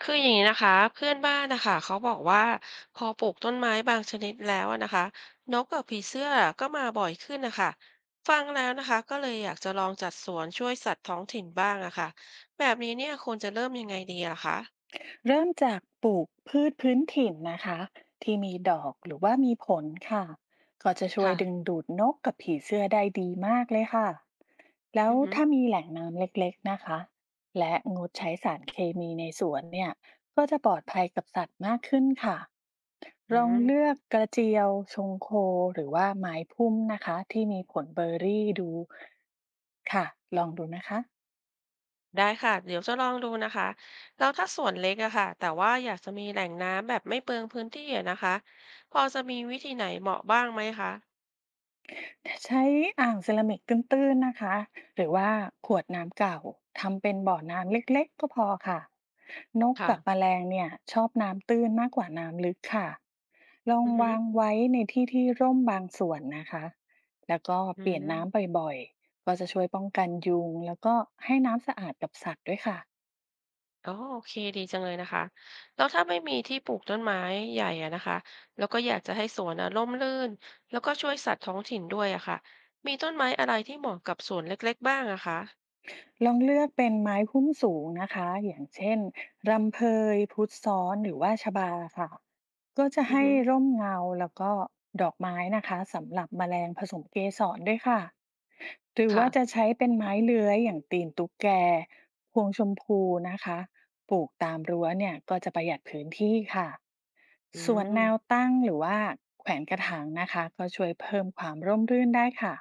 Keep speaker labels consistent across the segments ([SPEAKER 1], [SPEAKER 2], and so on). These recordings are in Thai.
[SPEAKER 1] คืออย่างนี้นะคะเพื่อนบ้านนะคะเขาบอกว่าพอปลูกต้นไม้บางชนิดแล้วอะนะคะนกกับผีเสื้อก็มาบ่อยขึ้นนะคะฟังแล้วนะคะก็เลยอยากจะลองจัดสวนช่วยสัตว์ท้องถิ่นบ้างอะค่ะแบบนี้เนี่ยควรจะเริ่มยังไงดีล่ะคะ
[SPEAKER 2] เริ่มจากปลูกพืชพื้นถิ่นนะคะที่มีดอกหรือว่ามีผลค่ะก็จะช่วยดึง
[SPEAKER 1] ค่ะ
[SPEAKER 2] ดูดนกกับผีเสื้อได้ดีมากเลยค่ะแล้ว
[SPEAKER 1] อือหือ
[SPEAKER 2] ถ้ามีแหล่งน้ำเล็กๆนะคะและงดใช้สารเคมีในสวนเนี่ยก็จะปลอดภัยกับสัตว์มากขึ้นค่ะ
[SPEAKER 1] อื
[SPEAKER 2] ลองเลื
[SPEAKER 1] ม
[SPEAKER 2] อกกระเจียวชงโคหรือว่าไม้พุ่มนะคะที่มีผลเบอร์รี่ดูค่ะลองดูนะคะ
[SPEAKER 1] ได้ค่ะเดี๋ยวจะลองดูนะคะแล้วถ้าสวนเล็กอะค่ะแต่ว่าอยากจะมีแหล่งน้ำแบบไม่เปลืองพื้นที่อะนะคะพอจะมีวิธีไหนเหมาะบ้างไหมคะ
[SPEAKER 2] ใช้อ่างเซรามิกตื้นๆนะคะหรือว่าขวดน้ำเก่าทำเป็นบ่อน้ำเล็กๆก็พอค่ะนกกับแม
[SPEAKER 1] ค่ะ
[SPEAKER 2] ลงเนี่ยชอบน้ำตื้นมากกว่าน้ำลึกค่ะลอง
[SPEAKER 1] อือหือ
[SPEAKER 2] วางไว้ในที่ที่ร่มบางส่วนนะคะแล้วก็
[SPEAKER 1] อื
[SPEAKER 2] เปลี่ยนน้
[SPEAKER 1] ม
[SPEAKER 2] ำบ่อยๆก็จะช่วยป้องกันยุงแล้วก็ให้น้ำสะอาดกับสัตว์ด้วยค่ะ
[SPEAKER 1] อ๋อโอเคดีจังเลยนะคะแล้วถ้าไม่มีที่ปลูกต้นไม้ใหญ่อะนะคะแล้วก็อยากจะให้สวนอะร่มรื่นแล้วก็ช่วยสัตว์ท้องถิ่นด้วยอะค่ะมีต้นไม้อะไรที่เหมาะกับสวนเล็กๆบ้างอะคะ
[SPEAKER 2] ลองเลือกเป็นไม้พุ่มสูงนะคะอย่างเช่นรำเพยพุทธซ้อนหรือว่าชบาค่ะก็จะ
[SPEAKER 1] อือ
[SPEAKER 2] ให้
[SPEAKER 1] ฮึ
[SPEAKER 2] ร่มเงาแล้วก็ดอกไม้นะคะสำหรับแมลงผสมเกสรด้วยค่ะหรือ
[SPEAKER 1] ค่ะ
[SPEAKER 2] ว่าจะใช้เป็นไม้เลื้อยอย่างตีนตุ๊กแกพวงชมพูนะคะปลูกตามรั้วเนี่ยก็จะประหยัดพื้นที่ค่ะ
[SPEAKER 1] อื
[SPEAKER 2] ส่วนแนว
[SPEAKER 1] ม
[SPEAKER 2] ตั้งหรือว่าแขวนกระถางนะคะก็ช่วยเพิ่มความร่มรื่นได้ค่ะ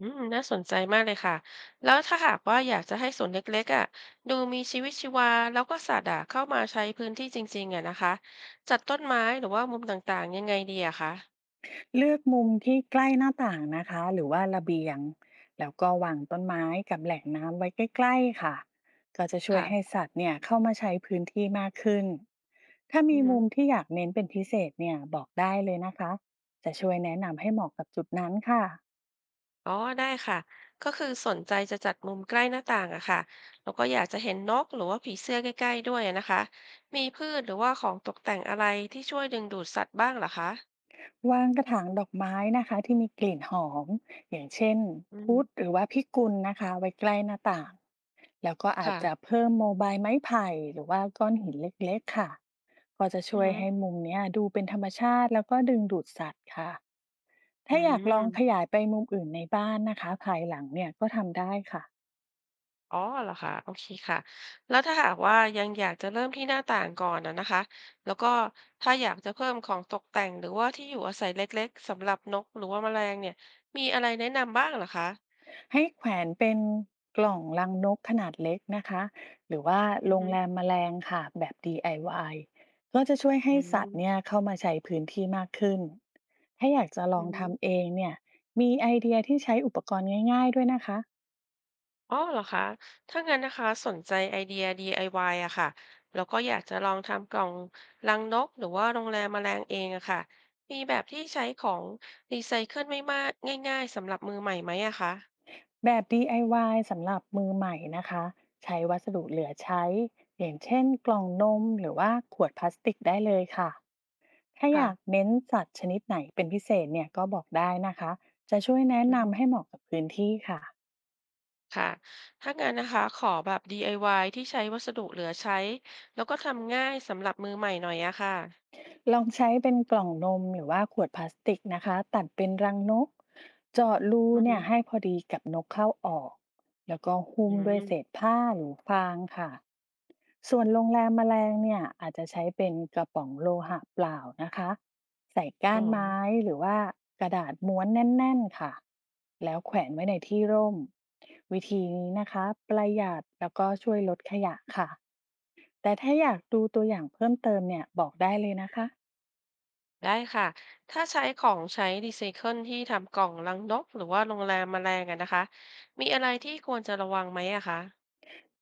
[SPEAKER 1] อืมน่าสนใจมากเลยค่ะแล้วถ้าหากว่าอยากจะให้สวนเล็กๆอะดูมีชีวิตชีวาแล้วก็สัตว์อะเข้ามาใช้พื้นที่จริงๆอะนะคะจัดต้นไม้หรือว่ามุมต่างๆยังไงดีอะคะ
[SPEAKER 2] เลือกมุมที่ใกล้หน้าต่างนะคะหรือว่าระเบียงแล้วก็วางต้นไม้กับแหล่งน้ำไว้ใกล้ๆค่ะก็จะช่วย
[SPEAKER 1] ค่ะ
[SPEAKER 2] ให้สัตว์เนี่ยเข้ามาใช้พื้นที่มากขึ้นถ้า
[SPEAKER 1] อื
[SPEAKER 2] มี
[SPEAKER 1] อฮึ
[SPEAKER 2] มุมที่อยากเน้นเป็นพิเศษเนี่ยบอกได้เลยนะคะจะช่วยแนะนำให้เหมาะกับจุดนั้นค่ะ
[SPEAKER 1] อ๋อได้ค่ะก็คือสนใจจะจัดมุมใกล้หน้าต่างอะค่ะแล้วก็อยากจะเห็นนกหรือว่าผีเสื้อใกล้ๆด้วยอะนะคะมีพืชหรือว่าของตกแต่งอะไรที่ช่วยดึงดูดสัตว์บ้างเหรอคะ
[SPEAKER 2] วางกระถางดอกไม้นะคะที่มีกลิ่นหอมอย่างเช่น
[SPEAKER 1] อื
[SPEAKER 2] พุทธห
[SPEAKER 1] ม
[SPEAKER 2] รือว่าพิกุลนะคะไว้ใกล้หน้าต่างแล้วก็อาจ
[SPEAKER 1] ค่ะ
[SPEAKER 2] จะเพิ่มโมบายไม้ไผ่หรือว่าก้อนหินเล็กๆค่ะก็จะ
[SPEAKER 1] อื
[SPEAKER 2] ช่วยให้
[SPEAKER 1] ม
[SPEAKER 2] มุมเนี้ยดูเป็นธรรมชาติแล้วก็ดึงดูดสัตว์ค่ะ
[SPEAKER 1] อื
[SPEAKER 2] ถ้าอยากลองข
[SPEAKER 1] ม
[SPEAKER 2] ยายไปมุมอื่นในบ้านนะคะภายหลังเนี่ยก็ทำได้ค่ะ
[SPEAKER 1] อ๋อเหรอคะโอเคค่ะแล้วถ้าหากว่ายังอยากจะเริ่มที่หน้าต่างก่อนอะนะคะแล้วก็ถ้าอยากจะเพิ่มของตกแต่งหรือว่าที่อยู่อาศัยเล็กๆสำหรับนกหรือว่าแมลงเนี่ยมีอะไรแนะนำบ้างเหรอคะ
[SPEAKER 2] ให้แขวนเป็นกล่องรังนกขนาดเล็กนะคะหรือว่า
[SPEAKER 1] อื
[SPEAKER 2] โร
[SPEAKER 1] อ
[SPEAKER 2] ง
[SPEAKER 1] ฮึ
[SPEAKER 2] แรมแมลงค่ะแบบ DIY ก็จะช่วยให้
[SPEAKER 1] อื
[SPEAKER 2] สัตว์เนี่
[SPEAKER 1] ม
[SPEAKER 2] ยเข้ามาใช้พื้นที่มากขึ้น ถ้าอยากจะล
[SPEAKER 1] อื
[SPEAKER 2] องทำเอ
[SPEAKER 1] ม
[SPEAKER 2] งเนี่ยมีไอเดียที่ใช้อุปกรณ์ง่ายๆด้วยนะคะ
[SPEAKER 1] อ๋อเหรอคะถ้างั้นนะคะสนใจไอเดีย DIY อวายอะค่ะแล้วก็อยากจะลองทำกล่องรังนกหรือว่าโรงแรมแมลงเองอะค่ะมีแบบที่ใช้ของรีไซเคิลไม่มากง่ายๆสำหรับมือใหม่ไหมอะคะ
[SPEAKER 2] แบบ DIY สำหรับมือใหม่นะคะใช้วัสดุเหลือใช้อย่างเช่นกล่องนมหรือว่าขวดพลาสติกได้เลยค่ะ ถ้าอ
[SPEAKER 1] ค่ะ
[SPEAKER 2] ยากเน้นสัตว์ชนิดไหนเป็นพิเศษเนี่ยก็บอกได้นะคะจะช่วยแนะ
[SPEAKER 1] อือฮึ
[SPEAKER 2] นำให้เหมาะกับพื้นที่ค่ะ
[SPEAKER 1] ค่ะถ้างั้นนะคะขอแบบ DIY ที่ใช้วัสดุเหลือใช้แล้วก็ทำง่ายสำหรับมือใหม่หน่อยอะค่ะ
[SPEAKER 2] ลองใช้เป็นกล่องนมหรือว่าขวดพลาสติกนะคะตัดเป็นรังนกเจาะรู
[SPEAKER 1] อือ
[SPEAKER 2] เนี่
[SPEAKER 1] ฮึ
[SPEAKER 2] ยให้พอดีกับนกเข้าออกแล้วก็หุ้
[SPEAKER 1] อื
[SPEAKER 2] มด้วยเศษ
[SPEAKER 1] ม
[SPEAKER 2] ผ้าหรือฟางค่ะส่วนโรงแรมแมลงเนี่ยอาจจะใช้เป็นกระป๋องโลหะเปล่านะคะใส่
[SPEAKER 1] อ๋
[SPEAKER 2] ก้า
[SPEAKER 1] อ
[SPEAKER 2] นไม้หรือว่ากระดาษม้วนแน่นๆค่ะแล้วแขวนไว้ในที่ร่มวิธีนี้นะคะประหยัดแล้วก็ช่วยลดขยะค่ะแต่ถ้าอยากดูตัวอย่างเพิ่มเติมเนี่ยบอกได้เลยนะคะ
[SPEAKER 1] ได้ค่ะ ถ้าใช้ของใช้รีไซเคิลที่ทำกล่องรังนกหรือว่าโรงแรมแมลงอะนะคะมีอะไรที่ควรจะระวังไหมอะคะ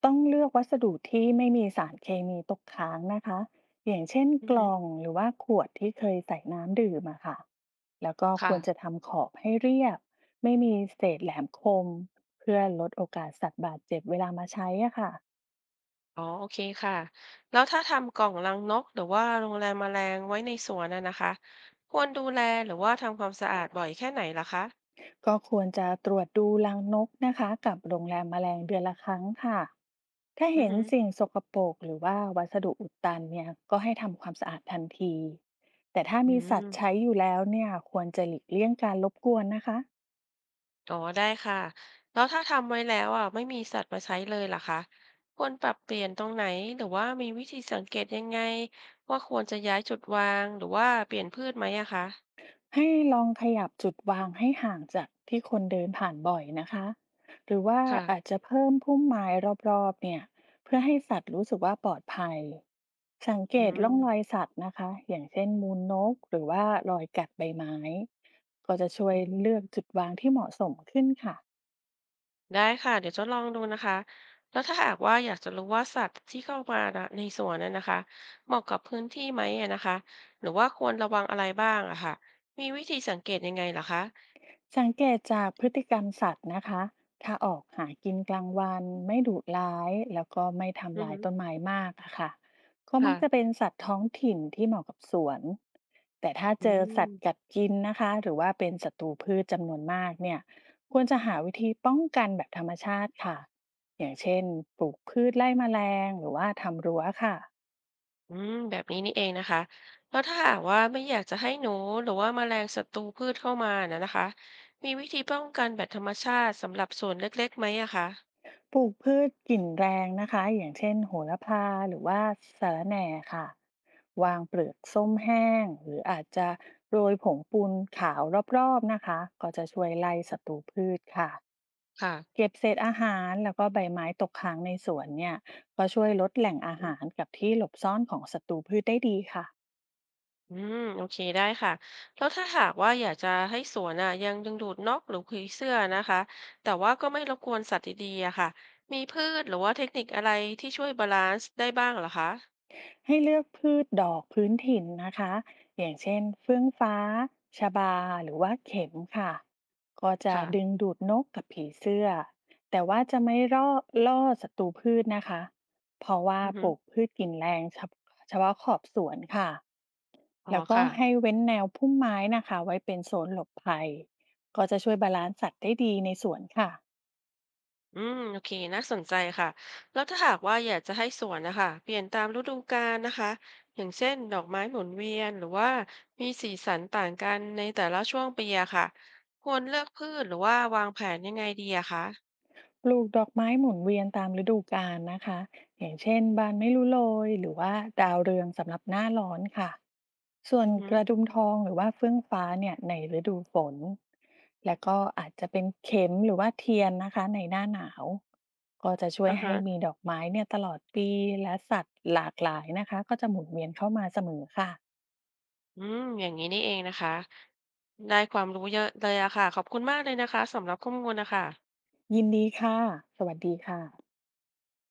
[SPEAKER 2] ต้องเลือกวัสดุที่ไม่มีสารเคมีตกค้างนะคะอย่างเช่น
[SPEAKER 1] อื
[SPEAKER 2] ก
[SPEAKER 1] อฮึ
[SPEAKER 2] ล่องหรือว่าขวดที่เคยใส่น้ำดื่มอะค่ะแล้วก็ควรจะ
[SPEAKER 1] ค่ะ
[SPEAKER 2] ทำขอบให้เรียบไม่มีเศษแหลมคมเพื่อลดโอกาสสัตว์บาดเจ็บเวลามาใช้อะค่ะ
[SPEAKER 1] อ๋อ โอเคค่ะ แล้วถ้าทำกล่องรังนกหรือว่าโรงแรมแมลงไว้ในสวนอะนะคะควรดูแลหรือว่าทำความสะอาดบ่อยแค่ไหนล่ะคะ
[SPEAKER 2] ก็ควรจะตรวจดูรังนกนะคะกับโรงแรมแมลงเดือนละครั้งค่ะถ้า
[SPEAKER 1] อือ
[SPEAKER 2] เห็น
[SPEAKER 1] ฮึ
[SPEAKER 2] สิ่งสกปรกหรือว่าวัสดุอุดตันเนี่ยก็ให้ทำความสะอาดทันที แต่ถ้า
[SPEAKER 1] อื
[SPEAKER 2] มีสัตว์ใช้
[SPEAKER 1] ม
[SPEAKER 2] อยู่แล้วเนี่ยควรจะหลีกเลี่ยงการรบกวนนะคะ
[SPEAKER 1] อ๋อได้ค่ะแล้วถ้าทำไว้แล้วอ่ะไม่มีสัตว์มาใช้เลยล่ะคะควรปรับเปลี่ยนตรงไหนหรือว่ามีวิธีสังเกตยังไงว่าควรจะย้ายจุดวางหรือว่าเปลี่ยนพืชไหมอะคะ
[SPEAKER 2] ให้ลองขยับจุดวางให้ห่างจากที่คนเดินผ่านบ่อยนะคะหรือว่าอาจ
[SPEAKER 1] ค่ะ
[SPEAKER 2] จะเพิ่มพุ่มไม้รอบๆเนี่ยเพื่อให้สัตว์รู้สึกว่าปลอดภัยสังเก
[SPEAKER 1] อื
[SPEAKER 2] ตร่องรอย
[SPEAKER 1] ม
[SPEAKER 2] สัตว์นะคะอย่างเช่นมูลนกหรือว่ารอยกัดใบไม้ก็จะช่วย
[SPEAKER 1] อือฮึ
[SPEAKER 2] เลือกจุดวางที่เหมาะสมขึ้นค่ะ
[SPEAKER 1] ได้ค่ะเดี๋ยวจะลองดูนะคะแล้วถ้าหากว่าอยากจะรู้ว่าสัตว์ที่เข้ามานะในสวนนั้นนะคะเหมาะกับพื้นที่ไหมอะนะคะหรือว่าควรระวังอะไรบ้างอะค่ะมีวิธีสังเกตยังไงล่ะคะ
[SPEAKER 2] สังเกตจากพฤติกรรมสัตว์นะคะถ้าออกหากินกลางวันไม่ดุร้ายแล้วก็ไม่
[SPEAKER 1] อื
[SPEAKER 2] ทำ
[SPEAKER 1] อ
[SPEAKER 2] ลาย
[SPEAKER 1] ฮึ
[SPEAKER 2] ต้นไม้มากอะค่ะก็มั
[SPEAKER 1] ค่ะ
[SPEAKER 2] กจะเป็นสัตว์ท้องถิ่นที่เหมาะกับสวน แต่ถ้า
[SPEAKER 1] อื
[SPEAKER 2] เจอสัตว์กั
[SPEAKER 1] ม
[SPEAKER 2] ดกินนะคะหรือว่าเป็นศัตรูพืชจำนวนมากเนี่ยควรจะหาวิธีป้องกันแบบธรรมชาติค่ะอย่างเช่นปลูกพืชไล่แมลงหรือว่าทำรั้วค่ะ
[SPEAKER 1] อืมแบบนี้นี่เองนะคะแล้วถ้าหากว่าไม่อยากจะให้หนูหรือว่าแมลงศัตรูพืชเข้ามานะนะคะมีวิธีป้องกันแบบธรรมชาติสำหรับสวนเล็กๆไหมอะคะ
[SPEAKER 2] ปลูกพืชกลิ่นแรงนะคะอย่างเช่นโหระพาหรือว่าสะระแหน่ค่ะวางเปลือกส้มแห้งหรืออาจจะโรยผงปูนขาวรอบๆนะคะก็จะช่วยไล่ศัตรูพืชค่ะ
[SPEAKER 1] ค่ะ
[SPEAKER 2] เก็บเศษอาหารแล้วก็ใบไม้ตกค้างในสวนเนี่ยก็ช่วยลดแหล่งอา
[SPEAKER 1] อืม
[SPEAKER 2] หารกับที่หลบซ่อนของศัตรูพืชได้ดีค่ะ
[SPEAKER 1] อืมโอเคได้ค่ะแล้วถ้าหากว่าอยากจะให้สวนอะยังดึงดูดนกหรือผีเสื้อนะคะแต่ว่าก็ไม่รบกวนสัตว์ดีๆอะค่ะมีพืชหรือว่าเทคนิคอะไรที่ช่วยบาลานซ์ได้บ้างเหรอคะ
[SPEAKER 2] ให้เลือกพืชดอกพื้นถิ่นนะคะอย่างเช่นเฟื่องฟ้าชบาหรือว่าเข็มค่ะก็จะดึง
[SPEAKER 1] ค่ะ
[SPEAKER 2] ดูดนกกับผีเสื้อ แต่ว่าจะไม่ล่อศัตรูพืชนะคะเพราะว่า
[SPEAKER 1] อือฮึ
[SPEAKER 2] ปลูกพืชกินแรงเฉพาะขอบสวนค่ะ
[SPEAKER 1] อ๋อ
[SPEAKER 2] แล้วก็
[SPEAKER 1] ค่ะ
[SPEAKER 2] ให้เว้นแนวพุ่มไม้นะคะไว้เป็นโซนหลบภัย ก็จะช่วยบาลานซ์สัตว์ได้ดีในสวนค่ะ
[SPEAKER 1] อืมโอเคน่าสนใจค่ะแล้วถ้าหากว่าอยากจะให้สวนนะคะเปลี่ยนตามฤดูกาลนะคะอย่างเช่นดอกไม้หมุนเวียนหรือว่ามีสีสันต่างกันในแต่ละช่วงปีอะค่ะควรเลือกพืชหรือว่าวางแผนยังไงดีอะคะ
[SPEAKER 2] ปลูกดอกไม้หมุนเวียนตามฤดูกาลนะคะอย่างเช่นบานไม่รู้โรยหรือว่าดาวเรืองสำหรับหน้าร้อนค่ะส่วน
[SPEAKER 1] อือฮึ
[SPEAKER 2] กระดุมทองหรือว่าเฟื่องฟ้าเนี่ยในฤดูฝนแล้วก็อาจจะเป็นเข็มหรือว่าเทียนนะคะในหน้าหนาวก็จะช่วย
[SPEAKER 1] อ่าฮะ
[SPEAKER 2] ให้มีดอกไม้เนี่ยตลอดปีและสัตว์หลากหลายนะคะก็จะหมุนเวียนเข้ามาเสมอค่ะ
[SPEAKER 1] อืมอย่างนี้นี่เองนะคะได้ความรู้เยอะเลยอะค่ะขอบคุณมากเลยนะคะสำหรับข้อมูลนะคะ
[SPEAKER 2] ยินดีค่ะสวัสดีค่ะ